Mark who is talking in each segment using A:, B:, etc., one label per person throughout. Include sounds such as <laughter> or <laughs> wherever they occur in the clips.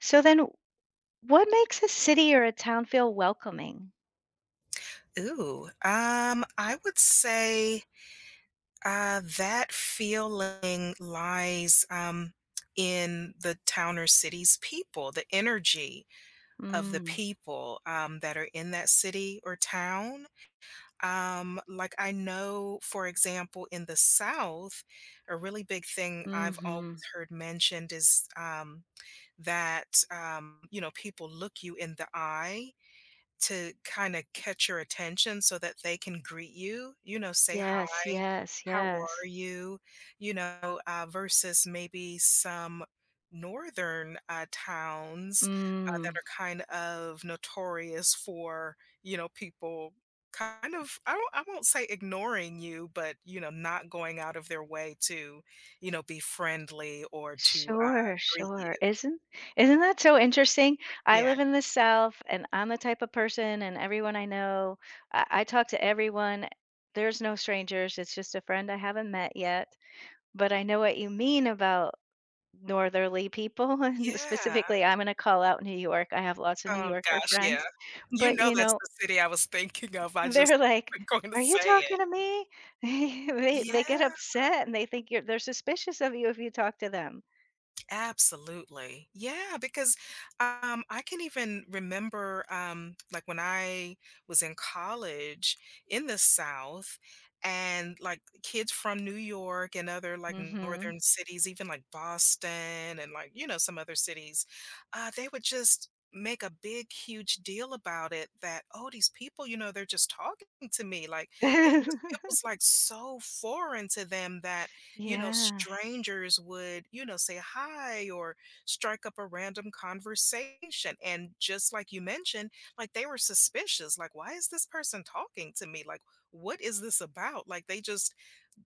A: So then what makes a city or a town feel welcoming?
B: I would say, that feeling lies, in the town or city's people, the energy of the
A: Mm,
B: people, that are in that city or town. Like, I know, for example, in the South, a really big thing I've always
A: mhm.
B: heard mentioned is, that, you know, people look you in the eye to kinda catch your attention so that they can greet you, you know, say,
A: Yes,
B: "Hi,
A: yes,
B: how
A: yes.
B: are you?" You know, versus maybe some northern, towns, that
A: Mm.
B: are kind of notorious for, you know, people kind of I won't say ignoring you, but, you know, not going out of their way to, you know, be friendly or to,
A: Sure,
B: greet you.
A: sure. Isn't that so interesting? I
B: Yeah.
A: live in the South and I'm the type of person and everyone I know, I talk to everyone. There's no strangers. It's just a friend I haven't met yet. But I know what you mean about northerly people <laughs> and
B: Yeah.
A: specifically I'm going to call out New York. I have lots of New
B: Oh
A: Yorker
B: gosh, yeah.
A: friends.
B: You
A: But
B: know
A: you
B: that's
A: know,
B: the city I was thinking of, I just
A: they're
B: <laughs>
A: like,
B: wasn't going to
A: "Are you
B: say
A: talking
B: it.
A: to me?" <laughs> They get
B: Yeah.
A: upset and they think you're they're suspicious of you if you talk to them.
B: Absolutely. Yeah, because I can even remember, like, when I was in college in the South, and like kids from New York and other like
A: Mhm.
B: northern cities, even like Boston and like, you know, some other cities, they would just make a big, huge deal about it that, oh, these people, you know, they're just talking to me. Like, they just, it
A: <laughs>
B: was like so foreign to them that you know,
A: Yes.
B: strangers would, you know, say hi or strike up a random conversation. And just like you mentioned, like they were suspicious. Like, why is this person talking to me? Like, what is this about? Like, they just,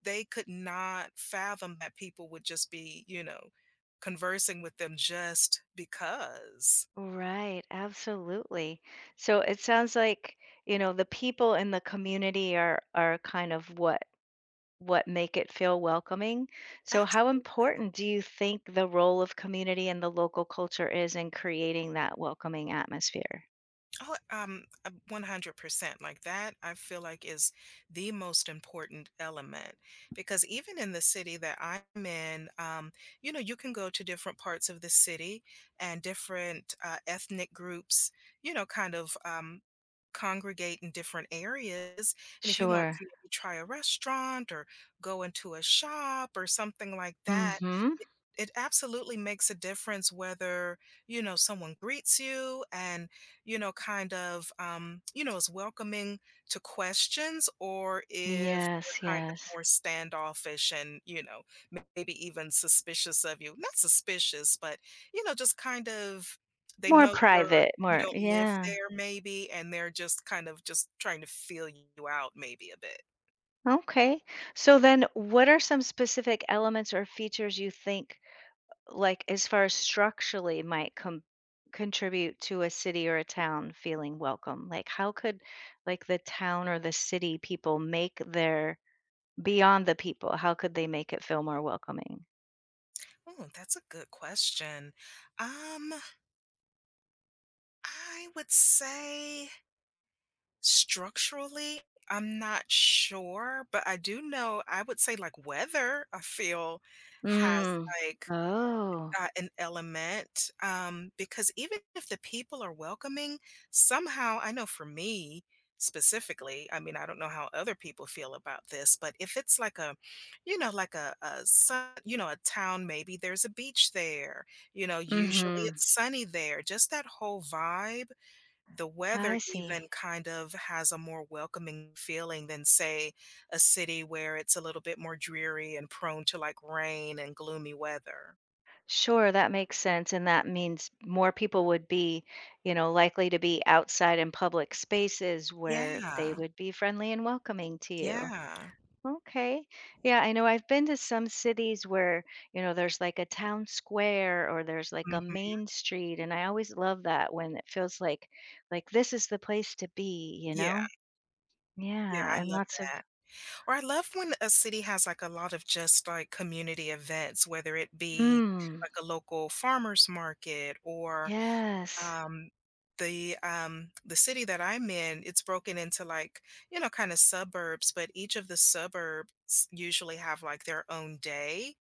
B: they could not fathom that people would just be, you know, conversing with them just because.
A: Right, absolutely. So it sounds like, you know, the people in the community are kind of what make it feel welcoming. So how
B: Absolutely.
A: important do you think the role of community and the local culture is in creating that welcoming atmosphere?
B: Oh, 100%. Like that, I feel like is the most important element because even in the city that I'm in, you know, you can go to different parts of the city and different ethnic groups, you know, kind of congregate in different areas. And if you want
A: Sure.
B: to maybe try a restaurant or go into a shop or something like that,
A: Mhm.
B: it, it absolutely makes a difference whether, you know, someone greets you and you know, kind of, you know, is welcoming to questions or if
A: Yes,
B: they're kind of
A: yes.
B: more standoffish and, you know, maybe even suspicious of you. Not suspicious, but, you know, just kind of they
A: More
B: know you're
A: private,
B: you
A: more
B: don't live
A: yeah,
B: there maybe and they're just kind of just trying to feel you out maybe a bit.
A: okay. So then what are some specific elements or features you think, like, as far as structurally might com contribute to a city or a town feeling welcome? Like, how could, like, the town or the city people make their beyond the people, how could they make it feel more welcoming?
B: Oh, that's a good question. Um, I would say structurally, I'm not sure, but I do know I would say, like, weather, I feel, has,
A: Mm.
B: like,
A: Oh.
B: an element, because even if the people are welcoming, somehow I know for me specifically, I mean, I don't know how other people feel about this, but if it's like a you know, like a sun you know, a town, maybe there's a beach there, you know, usually
A: Mhm.
B: it's sunny there, just that whole vibe the
A: I
B: weather
A: see.
B: even kind of has a more welcoming feeling than, say, a city where it's a little bit more dreary and prone to, like, rain and gloomy weather.
A: Sure, that makes sense. And that means more people would be, you know, likely to be outside in public spaces where they
B: Yeah,
A: would be friendly and welcoming to you.
B: yeah.
A: Okay. Yeah, I know I've been to some cities where, you know, there's like a town square or there's like a
B: Mhm.
A: main street. And I always love that when it feels like this is the place to be, you
B: Yeah,
A: know?
B: yeah,
A: Yeah.
B: I
A: And
B: love
A: lots of
B: that. Or I love when a city has, like, a lot of just, like, community events, whether it be,
A: mm.
B: like, a local farmer's market or
A: Yes.
B: um the city that I'm in, it's broken into like, you know, kind of suburbs, but each of the suburbs usually have like their own day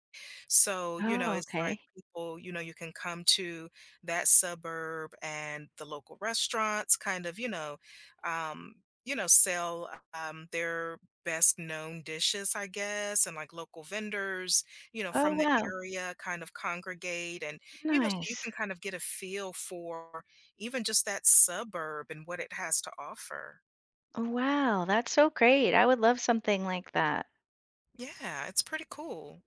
B: so, you know,
A: Oh,
B: it's like
A: okay.
B: people, you know, you can come to that suburb and the local restaurants kind of, um, you know, sell their best known dishes, I guess, and like local vendors, you know,
A: Oh
B: from the
A: wow.
B: area kind of congregate and, you know, so you
A: Nice.
B: can kind of get a feel for even just that suburb and what it has to offer.
A: Oh, wow, that's so great. I would love something like that.
B: Yeah, it's pretty cool.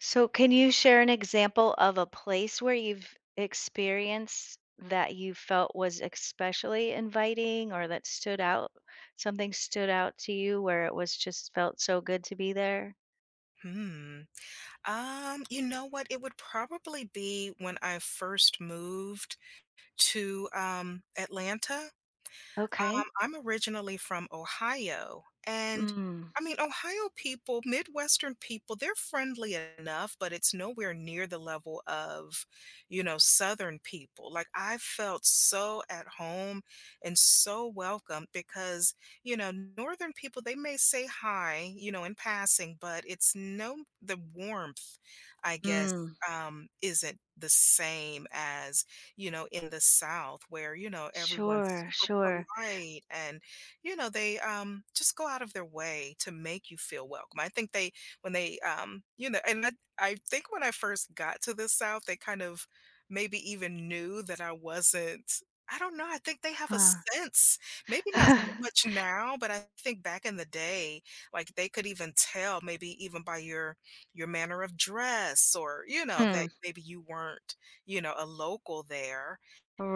A: So, can you share an example of a place where you've experienced that you felt was especially inviting or that stood out? Something stood out to you where it was just felt so good to be there?
B: Hmm. You know what? It would probably be when I first moved to Atlanta.
A: Okay.
B: I'm originally from Ohio, and
A: Mm,
B: I mean, Ohio people, Midwestern people, they're friendly enough, but it's nowhere near the level of, you know, Southern people. Like, I felt so at home and so welcome because, you know, Northern people, they may say hi, you know, in passing, but it's no, the warmth, I guess,
A: mm,
B: isn't the same as you know, in the South where, you know, everyone's
A: sure,
B: super
A: sure.
B: polite and, you know, they just go out of their way to make you feel welcome. I think they, when they, you know, and I think when I first got to the South, they kind of maybe even knew that I wasn't. I don't know. I think they have a
A: Huh.
B: sense, maybe not so
A: <laughs>
B: much now, but I think back in the day, like they could even tell, maybe even by your manner of dress, or you know
A: Hmm.
B: that maybe you weren't you know, a local there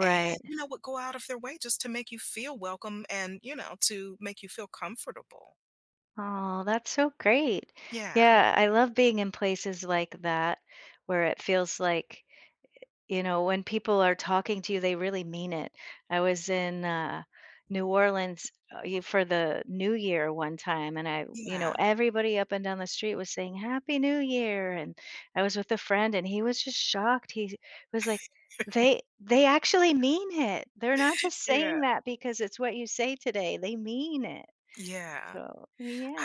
B: and, you know, would go out of their way just to make you feel welcome and, you know, to make you feel comfortable.
A: Oh, that's so great.
B: Yeah.
A: Yeah, I love being in places like that where it feels like, you know, when people are talking to you, they really mean it. I was in, New Orleans, y for the New Year one time, and I,
B: Yeah.
A: everybody up and down the street was saying, "Happy New Year," and I was with a friend, and he was just shocked. He was like, "They actually mean it. They're not just
B: Yeah.
A: saying that because it's what you say today. They mean it."
B: Yeah.
A: So,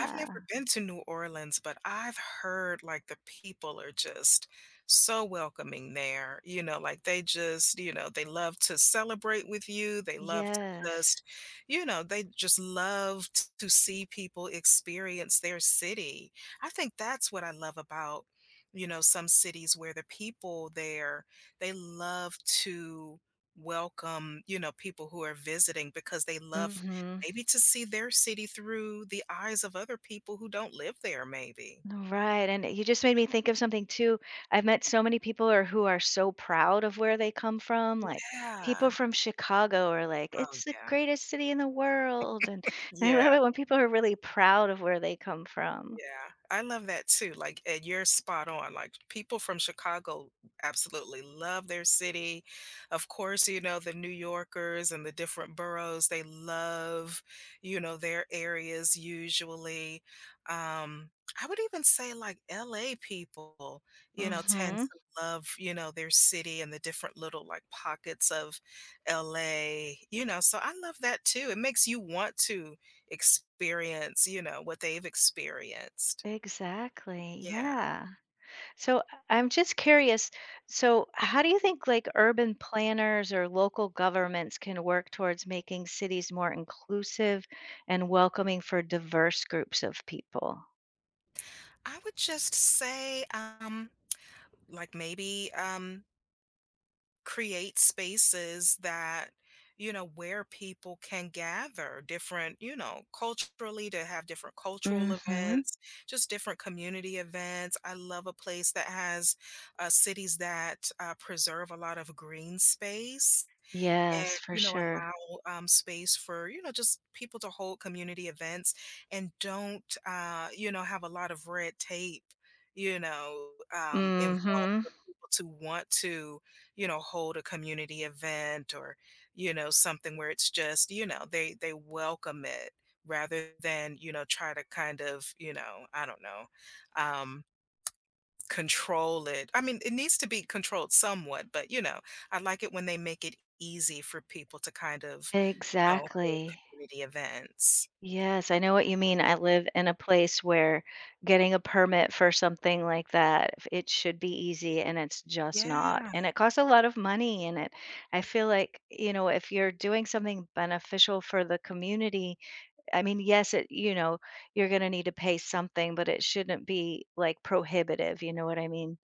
B: I've never been to New Orleans, but I've heard like the people are just so welcoming there. You know, like they just, you know, they love to celebrate with you. They love to
A: Yes.
B: just, you know, they just love to see people experience their city. I think that's what I love about, you know, some cities where the people there, they love to welcome, you know, people who are visiting because they love
A: Mhm.
B: maybe to see their city through the eyes of other people who don't live there, maybe.
A: Right, and you just made me think of something too. I've met so many people or who are so proud of where they come from, like people
B: Yeah.
A: from Chicago are like,
B: Oh,
A: "It's the
B: yeah.
A: greatest city in the world," and <laughs> and I
B: Yeah.
A: love it when people are really proud of where they come from.
B: Yeah, I love that too. Like, and you're spot on. Like, people from Chicago absolutely love their city. Of course, you know, the New Yorkers and the different boroughs, they love, you know, their areas usually. Um, I would even say like LA people, you know, tend
A: Mhm.
B: to love, you know, their city and the different little like pockets of LA, you know. So I love that too. It makes you want to experience, you know, what they've experienced.
A: Exactly,
B: Yeah.
A: yeah. So, I'm just curious, so how do you think, like, urban planners or local governments can work towards making cities more inclusive and welcoming for diverse groups of people?
B: I would just say, like maybe, create spaces that, you know, where people can gather different, you know, culturally to have different cultural
A: Mm-hmm.
B: events, just different community events. I love a place that has cities that preserve a lot of green space and
A: Yes, for
B: you know
A: sure.
B: allow space for you know just people to hold community events and don't you know have a lot of red tape you know involved
A: Mm-hmm.
B: for people to want to you know hold a community event or you know something where it's just you know they welcome it rather than you know try to kind of you know I don't know um control it. I mean, it needs to be controlled somewhat, but, you know, I like it when they make it easy for people to kind of, you know, hold
A: Exactly.
B: community events.
A: Yes, I know what you mean. I live in a place where getting a permit for something like that, it should be easy and it's just not.
B: Yeah.
A: And it costs a lot of money, and it, I feel like, you know, if you're doing something beneficial for the community, I mean, yes, it, you know, you're going to need to pay something, but it shouldn't be like prohibitive, you know what I mean?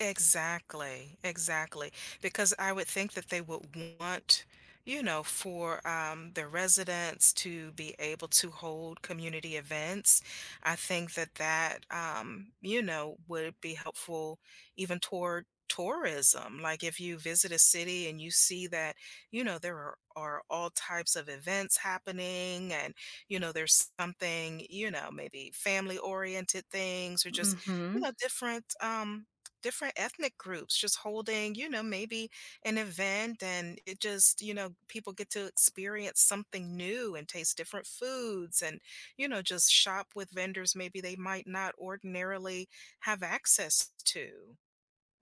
B: Exactly, exactly. Because I would think that they would want, you know, for the residents to be able to hold community events. I think that that, you know, would be helpful even toward tourism. Like if you visit a city and you see that, you know, are all types of events happening and, you know, there's something, you know, maybe family oriented things or just, you
A: Hmm.
B: know, different, different ethnic groups just holding, you know, maybe an event and it just, you know, people get to experience something new and taste different foods and, you know, just shop with vendors maybe they might not ordinarily have access to.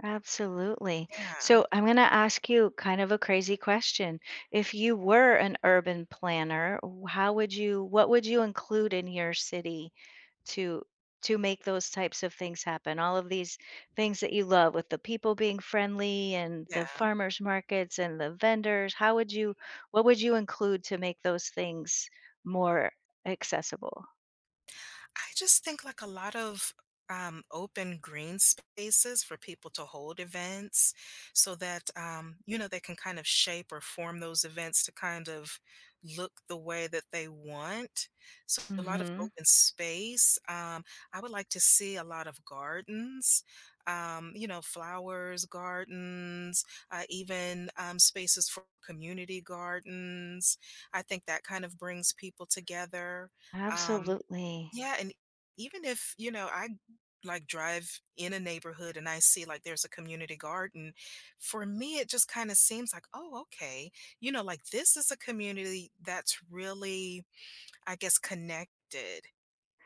A: Absolutely.
B: Yeah.
A: So I'm going to ask you kind of a crazy question. If you were an urban planner, how would you, what would you include in your city to make those types of things happen? All of these things that you love with the people being friendly and the
B: Yeah.
A: farmers markets and the vendors, how would you, what would you include to make those things more accessible?
B: I just think like a lot of open green spaces for people to hold events so that, you know, they can kind of shape or form those events to kind of look the way that they want. So, a lot of
A: Hmm.
B: open space. I would like to see a lot of gardens, you know, flowers, gardens, even spaces for community gardens. I think that kind of brings people together. Um,
A: Absolutely.
B: yeah, and even if, you know, I like drive in a neighborhood and I see like there's a community garden, for me it just kind of seems like, oh, okay, you know, like this is a community that's really, I guess, connected.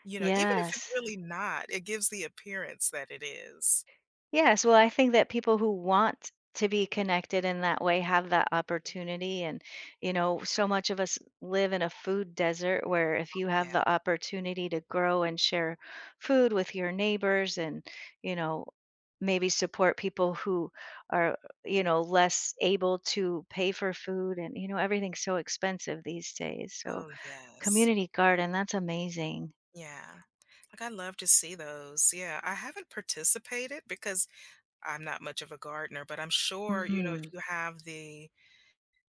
B: You know, even if it's
A: Yes.
B: really not, it gives the appearance that it is.
A: Yes, well, I think that people who want to be connected in that way have that opportunity. And, you know, so much of us live in a food desert where if you have
B: Yeah.
A: the opportunity to grow and share food with your neighbors and, you know, maybe support people who are, you know, less able to pay for food and, you know, everything's so expensive these days. So,
B: Oh, yes.
A: community garden, that's amazing.
B: Yeah. Like I love to see those. Yeah. I haven't participated because I'm not much of a gardener, but I'm sure, you know, if
A: Mhm.
B: you have the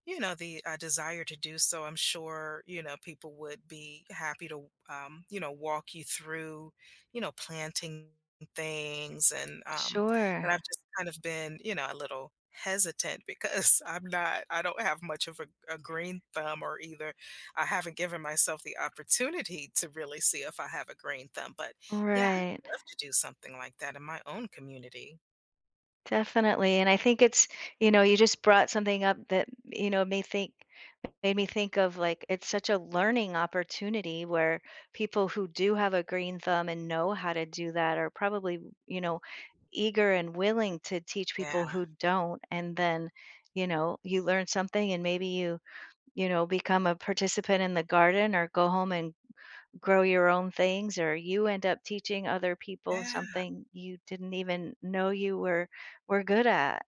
B: desire to do so, I'm sure, you know, people would be happy to you know walk you through you know planting things and
A: Sure.
B: but I've just kind of been you know a little hesitant because <laughs> I don't have much of a green thumb or either I haven't given myself the opportunity to really see if I have a green thumb but yeah I'd
A: Right.
B: love to do something like that in my own community.
A: Definitely, and I think it's, you know, you just brought something up that, you know, may think made me think of, like, it's such a learning opportunity where people who do have a green thumb and know how to do that are probably, you know, eager and willing to teach people
B: Yeah.
A: who don't, and then, you know, you learn something and maybe you, you know, become a participant in the garden or go home and grow your own things or you end up teaching other people
B: Yeah.
A: something you didn't even know you were good at.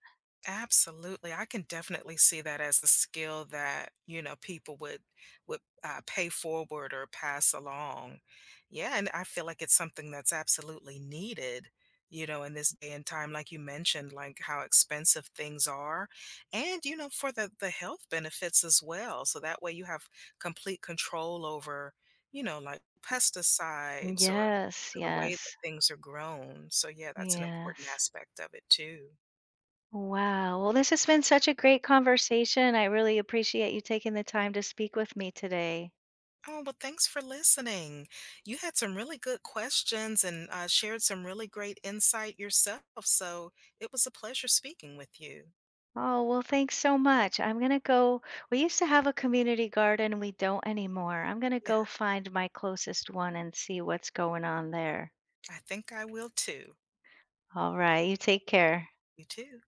B: Absolutely. I can definitely see that as a skill that, you know, people would pay forward or pass along. Yeah, and I feel like it's something that's absolutely needed, you know, in this day and time, like you mentioned, like how expensive things are, and you know, for the health benefits as well. So that way you have complete control over, you know, like pesticides or you
A: Yes,
B: know, the way that
A: yes.
B: things are grown. So yeah, that's an important
A: Yes.
B: aspect of it too.
A: Wow. Well, this has been such a great conversation. I really appreciate you taking the time to speak with me today.
B: Oh, well, thanks for listening. You had some really good questions and shared some really great insight yourself. So it was a pleasure speaking with you.
A: Oh, well, thanks so much. I'm going to go. We used to have a community garden, and we don't anymore. I'm going to
B: Yeah,
A: go find my closest one and see what's going on there.
B: I think I will too.
A: All right. You take care.
B: You too.